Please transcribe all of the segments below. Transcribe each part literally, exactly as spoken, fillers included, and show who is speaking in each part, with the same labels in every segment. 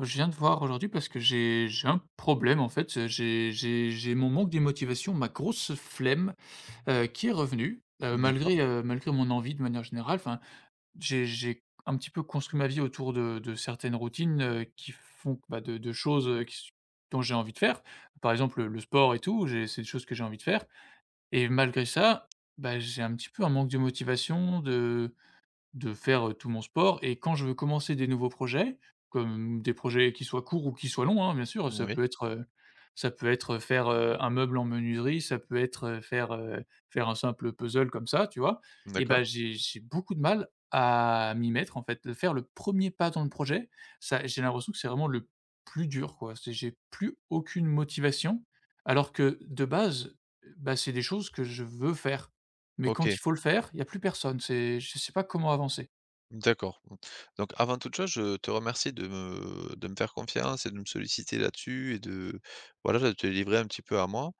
Speaker 1: Je viens de voir aujourd'hui parce que j'ai j'ai un problème en fait, j'ai j'ai j'ai mon manque de motivation, ma grosse flemme, heu, qui est revenue, heu,
Speaker 2: D'accord,
Speaker 1: malgré, heu, malgré mon envie de manière générale. Enfin, j'ai j'ai un petit peu construit ma vie autour de de certaines routines, heu, qui font que, bah, de de choses, heu, qui s dont j'ai envie de faire. Par exemple, le sport et tout, j'ai c'est des choses que j'ai envie de faire et malgré ça, bah, j'ai un petit peu un manque de motivation, de de faire, heu, tout mon sport et quand je veux commencer des nouveaux projets, comme des projets qui soient courts ou qui soient longs, hein, bien sûr, ça
Speaker 2: oui,
Speaker 1: peut être, heu, ça peut être, faire, heu, un meuble en menuiserie, ça peut être, heu, faire, heu, faire un simple puzzle comme ça, tu vois? Et
Speaker 2: d'accord,
Speaker 1: ben j'ai j'ai beaucoup de mal à m'y mettre, en fait, de faire le premier pas dans le projet, ça j'ai l'impression que c'est vraiment le plus dur, quoi. C'est J'ai plus aucune motivation alors que de base, bah, c'est des choses que je veux faire. Mais quand
Speaker 2: OK,
Speaker 1: il faut le faire, il y a plus personne, c'est je sais pas comment avancer.
Speaker 2: d'accord. Donc avant toute chose, je te remercie de me de me faire confiance et de me solliciter là-dessus et de voilà, de te livrer un petit peu à moi.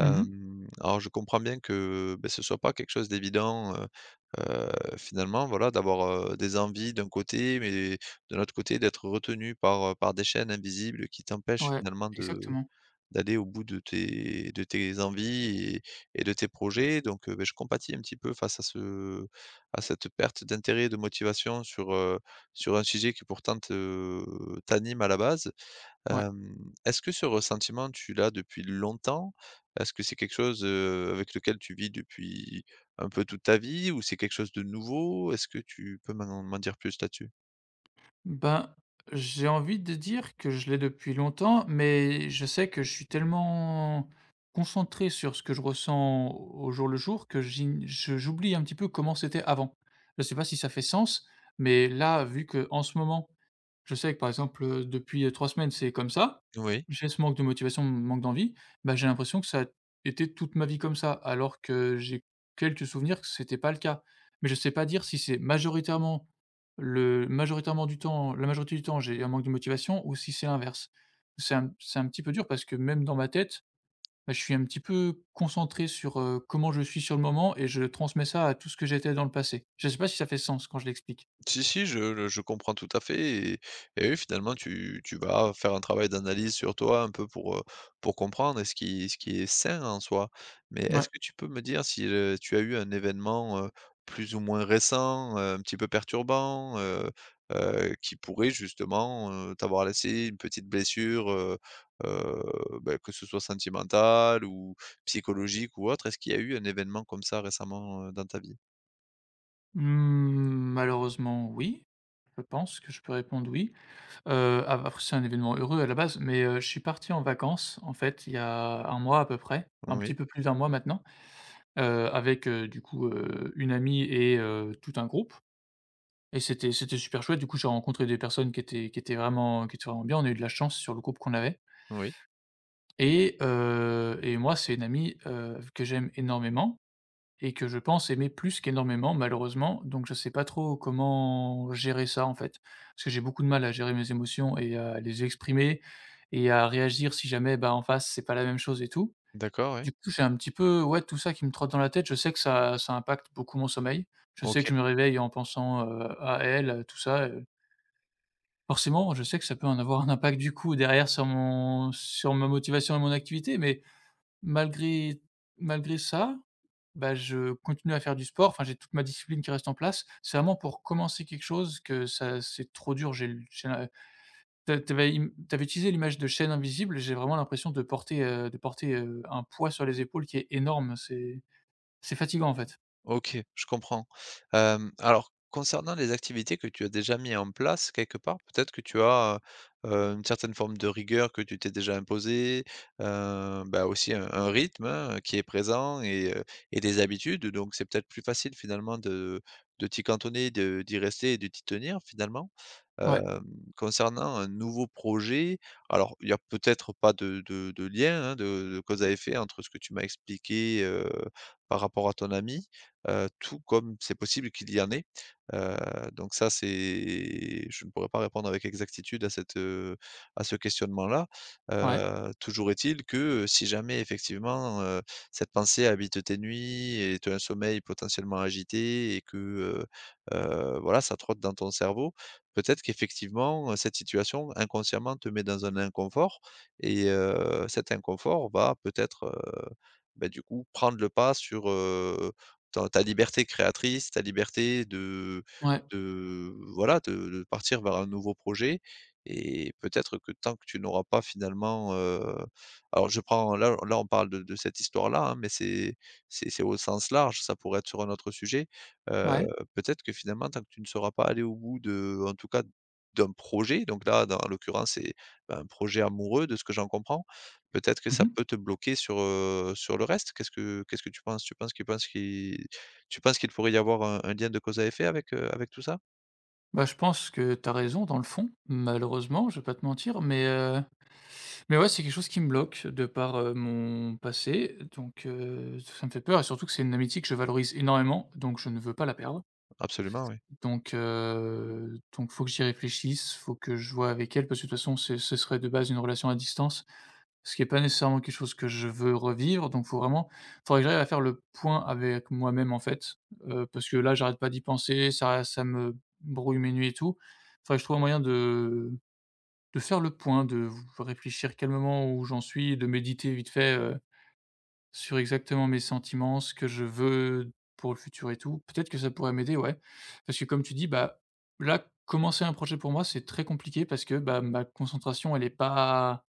Speaker 1: Mmh mh.
Speaker 2: Alors je comprends bien que, beh, ce soit pas quelque chose d'évident, heu heu, finalement, voilà, d'avoir, heu, des envies d'un côté, mais de l'autre côté d'être retenu par, heu, par des chaînes invisibles qui t'empêchent
Speaker 1: Ouais,
Speaker 2: finalement de
Speaker 1: exactement,
Speaker 2: d'aller au bout de tes de tes envies et et de tes projets donc heu, beh, je compatis un petit peu face à ce à cette perte d'intérêt, de motivation sur, heu, sur un sujet qui pourtant te t'anime à la base.
Speaker 1: ouais.
Speaker 2: Hem, Est-ce que ce ressentiment, tu l'as depuis longtemps? Est-ce que c'est quelque chose, heu, avec lequel tu vis depuis un peu toute ta vie ou c'est quelque chose de nouveau? Est-ce que tu peux m'en m'en dire plus là-dessus?
Speaker 1: Ben, j'ai envie de dire que je l'ai depuis longtemps, mais je sais que je suis tellement concentré sur ce que je ressens au jour le jour que j'ign je j'oublie un petit peu comment c'était avant. Je sais pas si ça fait sens, mais là, vu que en ce moment je sais que par exemple, heu, depuis, heu, trois semaines, c'est comme ça.
Speaker 2: Oui.
Speaker 1: J'ai ce manque de motivation, manque d'envie, bah, j'ai l'impression que ça a été toute ma vie comme ça, alors que j'ai quelques souvenirs que c'était pas le cas. Mais je sais pas dire si c'est majoritairement le majoritairement du temps la majorité du temps, j'ai un manque de motivation ou si c'est l'inverse. C'est un c'est un petit peu dur parce que même dans ma tête, bah, je suis un petit peu concentré sur, heu, comment je suis sur le moment et je transmets ça à tout ce que j'étais dans le passé. Je sais pas si ça fait sens quand je l'explique.
Speaker 2: Si, si, je je comprends tout à fait et et oui, finalement, tu tu vas faire un travail d'analyse sur toi un peu pour, heu, pour comprendre et ce qui ce qui est sain en soi. Mais est-ce
Speaker 1: Ouais.
Speaker 2: que tu peux me dire si, heu, tu as eu un événement, heu, plus ou moins récent, heu, un petit peu perturbant, heu heu, qui pourrait justement, heu, t'avoir laissé une petite blessure, heu heu, bah, que ce soit sentimentale ou psychologique ou autre? Est-ce qu'il y a eu un événement comme ça récemment, heu, dans ta vie?
Speaker 1: Mmh, malheureusement oui. Je pense que je peux répondre oui. Heu, a Après c'est un événement heureux à la base, mais heu, je suis parti en vacances, en fait, il y a un mois à peu près, un petit
Speaker 2: Oui,
Speaker 1: peu plus d'un mois maintenant, heu, avec, heu, du coup, heu, une amie et heu, tout un groupe et c'était c'était super chouette. Du coup, j'ai rencontré des personnes qui étaient qui étaient vraiment qui étaient vraiment bien. On a eu de la chance sur le groupe qu'on avait
Speaker 2: oui,
Speaker 1: et heu et moi, c'est une amie, heu, que j'aime énormément et que je pense aimer plus qu'énormément malheureusement, donc je sais pas trop comment gérer ça, en fait. Parce que j'ai beaucoup de mal à gérer mes émotions et à les exprimer et à réagir si jamais, bah, en face, c'est pas la même chose et tout.
Speaker 2: d'accord, oui,
Speaker 1: Du coup, j'ai un petit peu, ouais, tout ça qui me trotte dans la tête. Je sais que ça ça impacte beaucoup mon sommeil. Je sais
Speaker 2: OK.
Speaker 1: que je me réveille en pensant, heu, à elle, heu, tout ça, heu. Forcément, je sais que ça peut en avoir un impact, du coup, derrière sur mon sur ma motivation et mon activité, mais malgré malgré ça, bah, je continue à faire du sport, enfin j'ai toute ma discipline qui reste en place. C'est vraiment pour commencer quelque chose que ça c'est trop dur. J'ai le j'ai la Tu as tu avais im tu avais utilisé l'image de chaîne invisible, j'ai vraiment l'impression de porter, heu, de porter, heu, un poids sur les épaules qui est énorme. C'est c'est fatigant, en fait.
Speaker 2: OK, je comprends. Hem, alors concernant les activités que tu as déjà mis en place quelque part, peut-être que tu as, heu, une certaine forme de rigueur que tu t'es déjà imposée, heu, bah, aussi un un rythme, hein, qui est présent et heu et des habitudes, donc c'est peut-être plus facile finalement de de t'y cantonner, de d'y rester et de t'y tenir finalement.
Speaker 1: Ouais,
Speaker 2: Hem, Concernant un nouveau projet, alors il y a peut-être pas de de de lien, hein, de de cause à effet entre ce que tu m'as expliqué, heu, par rapport à ton ami heu, tout comme c'est possible qu'il y en ait. Heu, donc ça, c'est je ne pourrais pas répondre avec exactitude à cette, heu, à ce questionnement-là.
Speaker 1: ouais,
Speaker 2: Heu, toujours est-il que, heu, si jamais effectivement, heu, cette pensée habite tes nuits et tu as un sommeil potentiellement agité et que, heu heu, voilà, ça trotte dans ton cerveau, peut-être qu'effectivement, heu, cette situation inconsciemment te met dans un inconfort et heu, cet inconfort va peut-être, heu, bah, du coup prendre le pas sur, heu ta ta liberté créatrice, ta liberté de
Speaker 1: ouais,
Speaker 2: de voilà, de de partir vers un nouveau projet et peut-être que tant que tu n'auras pas finalement, heu alors je prends là là on parle de de cette histoire-là, hein, mais c'est c'est c'est au sens large, ça pourrait être sur un autre sujet. Heu,
Speaker 1: ouais.
Speaker 2: Peut-être que finalement tant que tu ne seras pas allé au bout de en tout cas d'un projet, donc là, dans l'occurrence, c'est, ben, un projet amoureux de ce que j'en comprends. Peut-être que
Speaker 1: Mmh
Speaker 2: ça
Speaker 1: mh.
Speaker 2: peut te bloquer sur, heu, sur le reste? Qu'est-ce que qu'est-ce que tu penses? Tu penses qu'il penses qu'il tu penses qu'il pourrait y avoir un un lien de cause à effet avec, heu, avec tout ça?
Speaker 1: Bah, je pense que tu as raison dans le fond, malheureusement, je vais pas te mentir, mais heu mais ouais, c'est quelque chose qui me bloque de par, heu, mon passé, donc heu, ça me fait peur et surtout que c'est une amitié que je valorise énormément, donc je ne veux pas la perdre.
Speaker 2: Absolument, oui.
Speaker 1: Donc heu, donc faut que j'y réfléchisse, faut que je voie avec elle parce que de toute façon, ce ce serait de base une relation à distance, ce qui est pas nécessairement quelque chose que je veux revivre, donc faut vraiment faudrait que j'arrive à faire le point avec moi-même, en fait, heu, parce que là, j'arrête pas d'y penser, ça ça me brouille mes nuits et tout. Faudrait que je trouve un moyen de de faire le point, de v réfléchir calmement où j'en suis, de méditer vite fait, heu, sur exactement mes sentiments, ce que je veux pour le futur et tout. Peut-être que ça pourrait m'aider, ouais. Parce que comme tu dis, bah, là, commencer un projet pour moi, c'est très compliqué parce que, bah, ma concentration elle n'est pas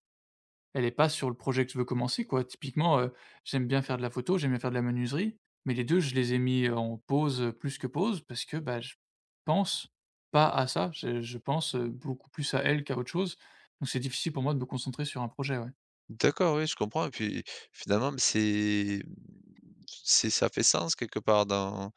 Speaker 1: elle est pas sur le projet que je veux commencer, quoi. Typiquement, heu, j'aime bien faire de la photo, j'aime bien faire de la menuiserie, mais les deux, je les ai mis, euh, en pause, heu, plus que pause parce que, bah, je pense pas à ça. Je je pense, heu, beaucoup plus à elle qu'à autre chose, donc c'est difficile pour moi de me concentrer sur un projet, ouais.
Speaker 2: D'accord, oui, je comprends et puis, finalement, c'est c'est ça fait sens quelque part dans,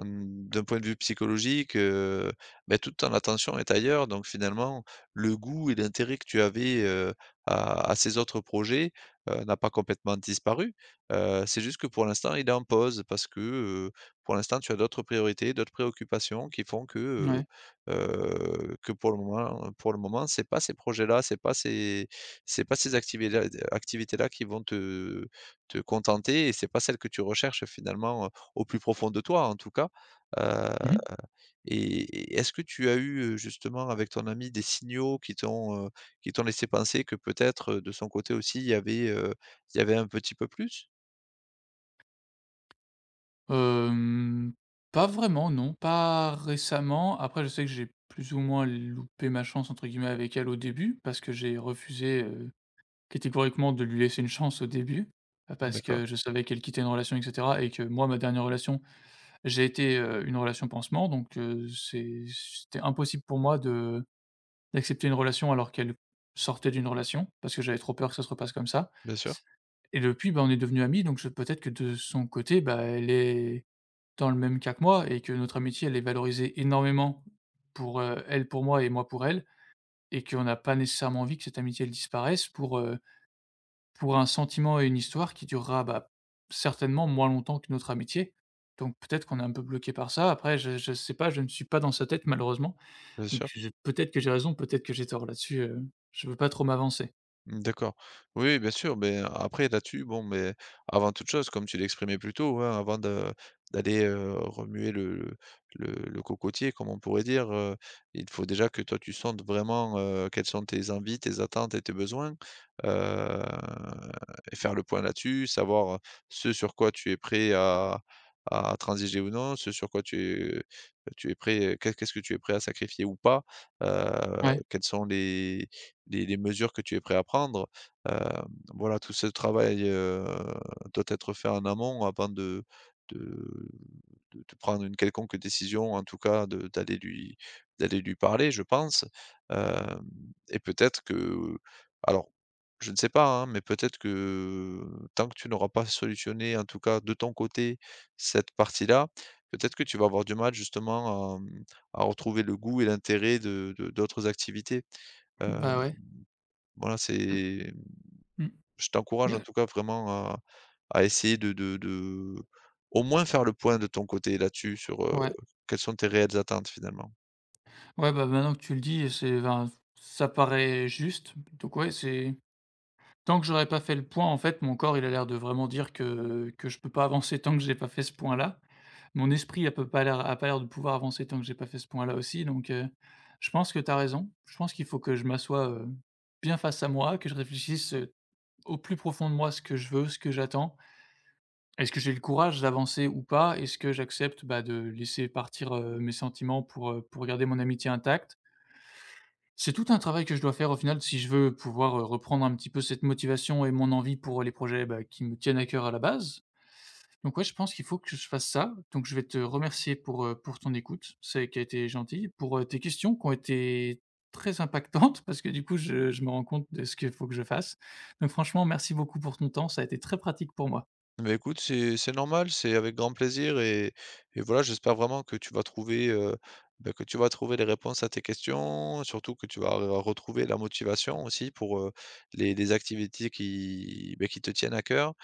Speaker 2: d'un point de vue psychologique, heu, beh, toute ton attention est ailleurs donc finalement, le goût et l'intérêt que tu avais, heu, à à ces autres projets, heu, n'a pas complètement disparu. Heu, c'est juste que pour l'instant, il est en pause parce que, heu, pour l'instant, tu as d'autres priorités, d'autres préoccupations qui font que,
Speaker 1: Ouais.
Speaker 2: heu heu, que pour le moment pour le moment, c'est pas ces projets-là, c'est pas ces c'est pas ces activités-là activités-là qui vont te te contenter et c'est pas celles que tu recherches finalement, heu, au plus profond de toi en tout cas. Heu
Speaker 1: Mmh mh.
Speaker 2: et et est-ce que tu as eu, heu, justement avec ton ami des signaux qui t'ont, heu, qui t'ont laissé penser que peut-être, heu, de son côté aussi il y avait, heu, il y avait un petit peu plus?
Speaker 1: Pas vraiment, non, pas récemment. Après je sais que j'ai plus ou moins «loupé ma chance» entre guillemets avec elle au début parce que j'ai refusé, euh, catégoriquement de lui laisser une chance au début, bah, parce
Speaker 2: D'accord,
Speaker 1: que je savais qu'elle quittait une relation et cetera, et que moi, ma dernière relation, j'ai été, heu, une relation pansement, donc heu, c'est c'était impossible pour moi de d'accepter une relation alors qu'elle sortait d'une relation, parce que j'avais trop peur que ça se repasse comme ça,
Speaker 2: bien sûr,
Speaker 1: et depuis, bah, on est devenus amis, donc je peut-être que de son côté, bah, elle est dans le même cas que moi et que notre amitié, elle est valorisée énormément pour, heu, elle pour moi et moi pour elle, et qu'on n'a pas nécessairement envie que cette amitié, elle disparaisse pour, heu pour un sentiment et une histoire qui durera, bah, certainement moins longtemps que notre amitié. Donc peut-être qu'on est un peu bloqué par ça. Après, je je sais pas, je ne suis pas dans sa tête malheureusement.
Speaker 2: bien
Speaker 1: Donc
Speaker 2: sûr.
Speaker 1: je Peut-être que j'ai raison, peut-être que j'ai tort là-dessus, heu, je veux pas trop m'avancer.
Speaker 2: Mmh, d'accord. Oui, bien sûr, mais après là-dessus, bon, mais avant toute chose, comme tu l'exprimais plus tôt, hein, avant de d'aller, heu, remuer le le le cocotier, comme on pourrait dire, heu, il faut déjà que toi tu sentes vraiment, heu, quelles sont tes envies, tes attentes et tes besoins, heu et faire le point là-dessus, savoir, ce sur quoi tu es prêt à à transiger ou non, ce sur quoi tu es tu es prêt qu'est qu'est-ce que tu es prêt à sacrifier ou pas, heu,
Speaker 1: Ouais,
Speaker 2: quels sont les les les mesures que tu es prêt à prendre. Heu, voilà, tout ce travail, heu, doit être fait en amont avant de de de de prendre une quelconque décision, en tout cas de d'aller lui d'aller lui parler, je pense. Hem et peut-être que alors, je ne sais pas, hein, mais peut-être que tant que tu n'auras pas solutionné, en tout cas de ton côté, cette partie-là, peut-être que tu vas avoir du mal justement à, mmh, à retrouver le goût et l'intérêt de de d'autres activités. Heu
Speaker 1: bah, ouais.
Speaker 2: voilà, c'est
Speaker 1: Mmh mh.
Speaker 2: je t'encourage en tout cas vraiment à à essayer de de de au moins faire le point de ton côté là-dessus sur, heu,
Speaker 1: Ouais.
Speaker 2: quelles sont tes réelles attentes finalement.
Speaker 1: Ouais, bah, maintenant que tu le dis, c'est enfin, ça paraît juste. Donc ouais, c'est tant que j'aurais pas fait le point, en fait, mon corps, il a l'air de vraiment dire que que je peux pas avancer tant que j'ai pas fait ce point-là. Mon esprit a peu pas l'air a pas l'air de pouvoir avancer tant que j'ai pas fait ce point-là aussi, donc heu, je pense que tu as raison. Je pense qu'il faut que je m'assoie, heu, bien face à moi, que je réfléchisse, heu, au plus profond de moi ce que je veux, ce que j'attends. Est-ce que j'ai le courage d'avancer ou pas? Est-ce que j'accepte, bah, de laisser partir, heu, mes sentiments pour, heu, pour garder mon amitié intacte? C'est tout un travail que je dois faire au final si je veux pouvoir, heu, reprendre un petit peu cette motivation et mon envie pour les projets, bah, qui me tiennent à cœur à la base. Donc ouais, je pense qu'il faut que je fasse ça. Donc je vais te remercier pour, heu, pour ton écoute, c'est qui a été gentille, pour, heu, tes questions qui ont été très impactantes parce que du coup je je me rends compte de ce qu'il faut que je fasse. Donc franchement merci beaucoup pour ton temps, ça a été très pratique pour moi.
Speaker 2: Mais écoute, c'est c'est normal, c'est avec grand plaisir et et voilà, j'espère vraiment que tu vas trouver, heu, bah, que tu vas trouver les réponses à tes questions, surtout que tu vas re retrouver la motivation aussi pour, heu, les les activités qui, beh, qui te tiennent à cœur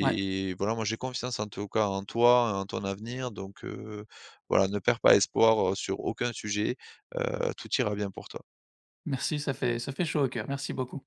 Speaker 1: Ouais,
Speaker 2: voilà, moi j'ai confiance en tout cas en toi, en ton avenir donc heu, voilà, ne perds pas espoir, heu, sur aucun sujet, heu, tout ira bien pour toi.
Speaker 1: merci, ça fait ça fait chaud au cœur. Merci beaucoup.